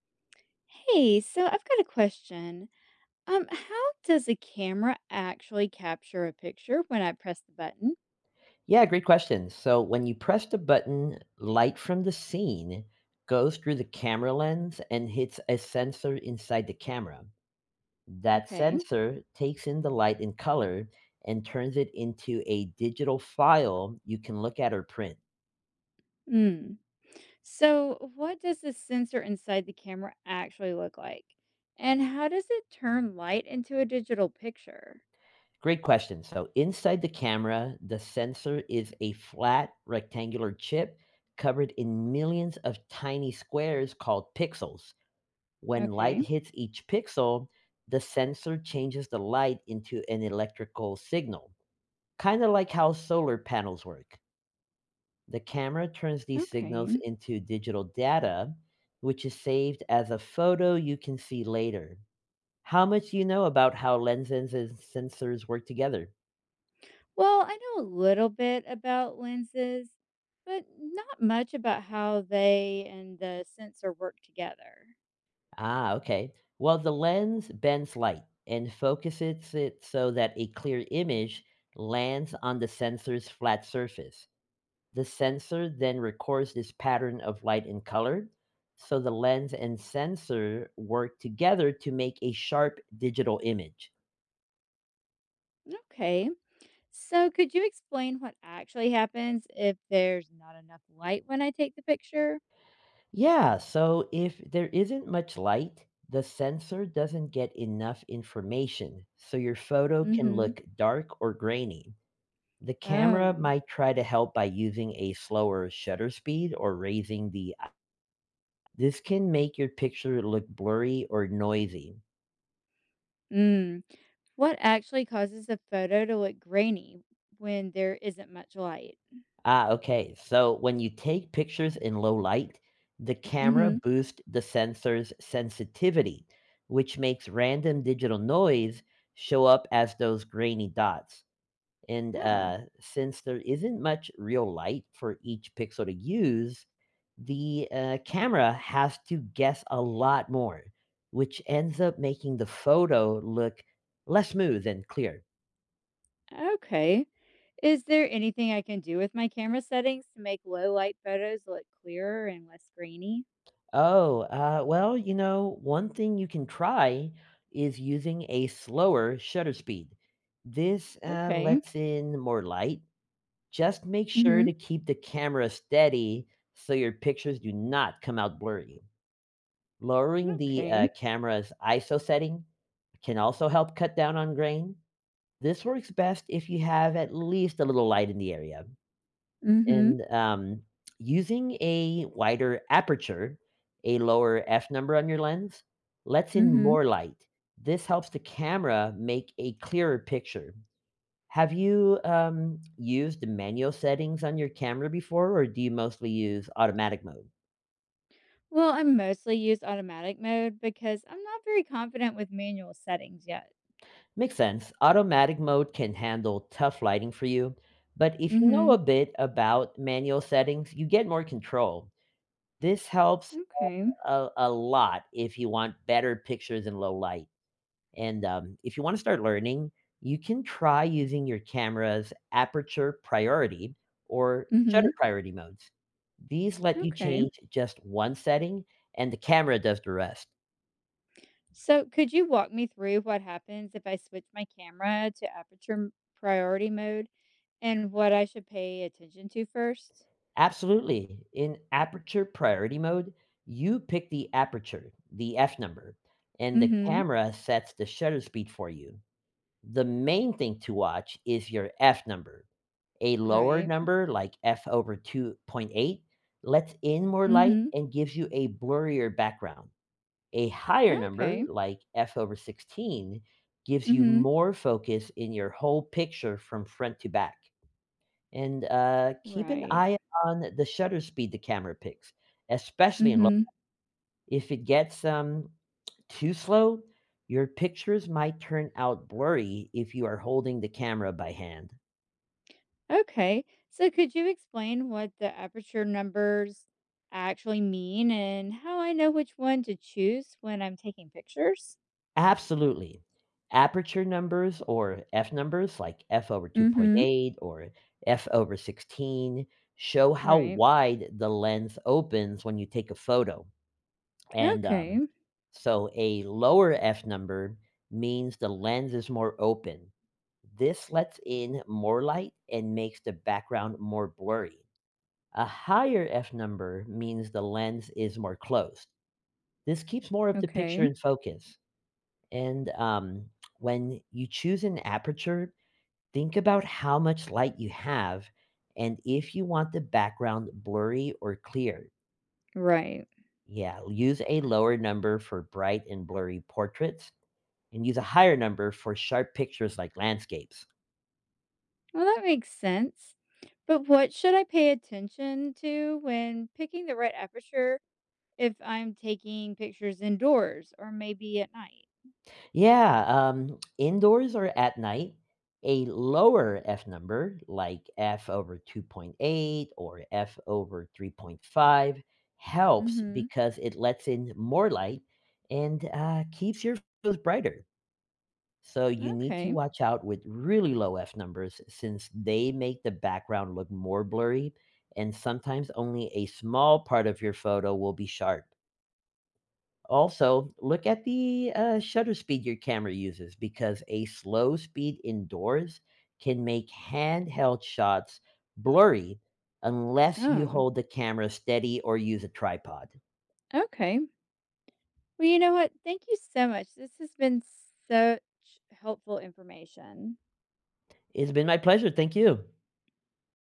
Hey, so I've got a question. How does a camera actually capture a picture when I press the button? Yeah, great question. So when you press the button, light from the scene goes through the camera lens and hits a sensor inside the camera. That Okay. sensor takes in the light in color and turns it into a digital file you can look at or print. Mm. So, what does the sensor inside the camera actually look like? And how does it turn light into a digital picture? Great question. So inside the camera, the sensor is a flat rectangular chip covered in millions of tiny squares called pixels. When light Okay. hits each pixel, the sensor changes the light into an electrical signal, kind of like how solar panels work. The camera turns these signals Okay. into digital data, which is saved as a photo you can see later. How much do you know about how lenses and sensors work together? Well, I know a little bit about lenses, but not much about how they and the sensor work together. Ah, okay. Well, the lens bends light and focuses it so that a clear image lands on the sensor's flat surface. The sensor then records this pattern of light and color, so the lens and sensor work together to make a sharp digital image. Okay. So, could you explain what actually happens if there's not enough light when I take the picture? Yeah, so if there isn't much light, the sensor doesn't get enough information, so your photo can Mm-hmm. look dark or grainy. The camera Oh. might try to help by using a slower shutter speed or raising the. This can make your picture look blurry or noisy. Mm. What actually causes a photo to look grainy when there isn't much light? Ah, okay. So when you take pictures in low light, the camera Mm-hmm. boosts the sensor's sensitivity, which makes random digital noise show up as those grainy dots. And Oh. Since there isn't much real light for each pixel to use, the camera has to guess a lot more, which ends up making the photo look less smooth and clear. Okay. Is there anything I can do with my camera settings to make low light photos look clearer and less grainy? One thing you can try is using a slower shutter speed. This Okay. lets in more light. Just make sure Mm-hmm. to keep the camera steady so your pictures do not come out blurry. Lowering the Okay. camera's ISO setting can also help cut down on grain. This works best if you have at least a little light in the area. Mm-hmm. And Using a wider aperture, a lower f number on your lens, lets in Mm-hmm. more light. This helps the camera make a clearer picture. Have you used manual settings on your camera before, or do you mostly use automatic mode? Well, I mostly use automatic mode because I'm not very confident with manual settings yet. Makes sense. Automatic mode can handle tough lighting for you, but if you know a Mhm. bit about manual settings, you get more control. This helps Okay. a lot if you want better pictures in low light. And If you want to start learning, you can try using your camera's aperture priority or Mhm. shutter priority modes. These let you Okay. change just one setting and the camera does the rest. So, could you walk me through what happens if I switch my camera to priority mode and what I should pay attention to first? Absolutely. In aperture priority mode, you pick the aperture, the F number, and the Mhm. camera sets the shutter speed for you. The main thing to watch is your F number. A lower Right. number, like f over 2.8, lets in more light Mhm. and gives you a blurrier background. A higher number, Okay. like f over 16, gives you Mhm. more focus in your whole picture from front to back. And Keep an Right. eye on the shutter speed the camera picks, especially in low. Mhm. If it gets too slow, your pictures might turn out blurry if you are holding the camera by hand. Okay. So could you explain what the aperture numbers actually mean and how I know which one to choose when I'm taking pictures? Absolutely. Aperture numbers or f numbers like f over Mm-hmm. 2.8 or f over 16 show how Right. wide the lens opens when you take a photo. And Okay. So a lower f number means the lens is more open. This lets in more light and makes the background more blurry. A higher f number means the lens is more closed. This keeps more of the picture Okay. in focus. And when you choose an aperture, think about how much light you have and if you want the background blurry or clear. Right. Yeah, use a lower number for bright and blurry portraits and use a higher number for sharp pictures like landscapes. Well, that makes sense. But what should I pay attention to when picking the right aperture if I'm taking pictures indoors or maybe at night? Yeah, indoors or at night, a lower F number like F over 2.8 or F over 3.5 helps Mm-hmm. because it lets in more light and keeps your photos brighter. So you need to Okay. watch out with really low F numbers since they make the background look more blurry and sometimes only a small part of your photo will be sharp. Also, look at the shutter speed your camera uses because a slow speed indoors can make handheld shots blurry unless you Oh. hold the camera steady or use a tripod. Okay. Well, you know what? Thank you so much. This has been such helpful information. It's been my pleasure. Thank you.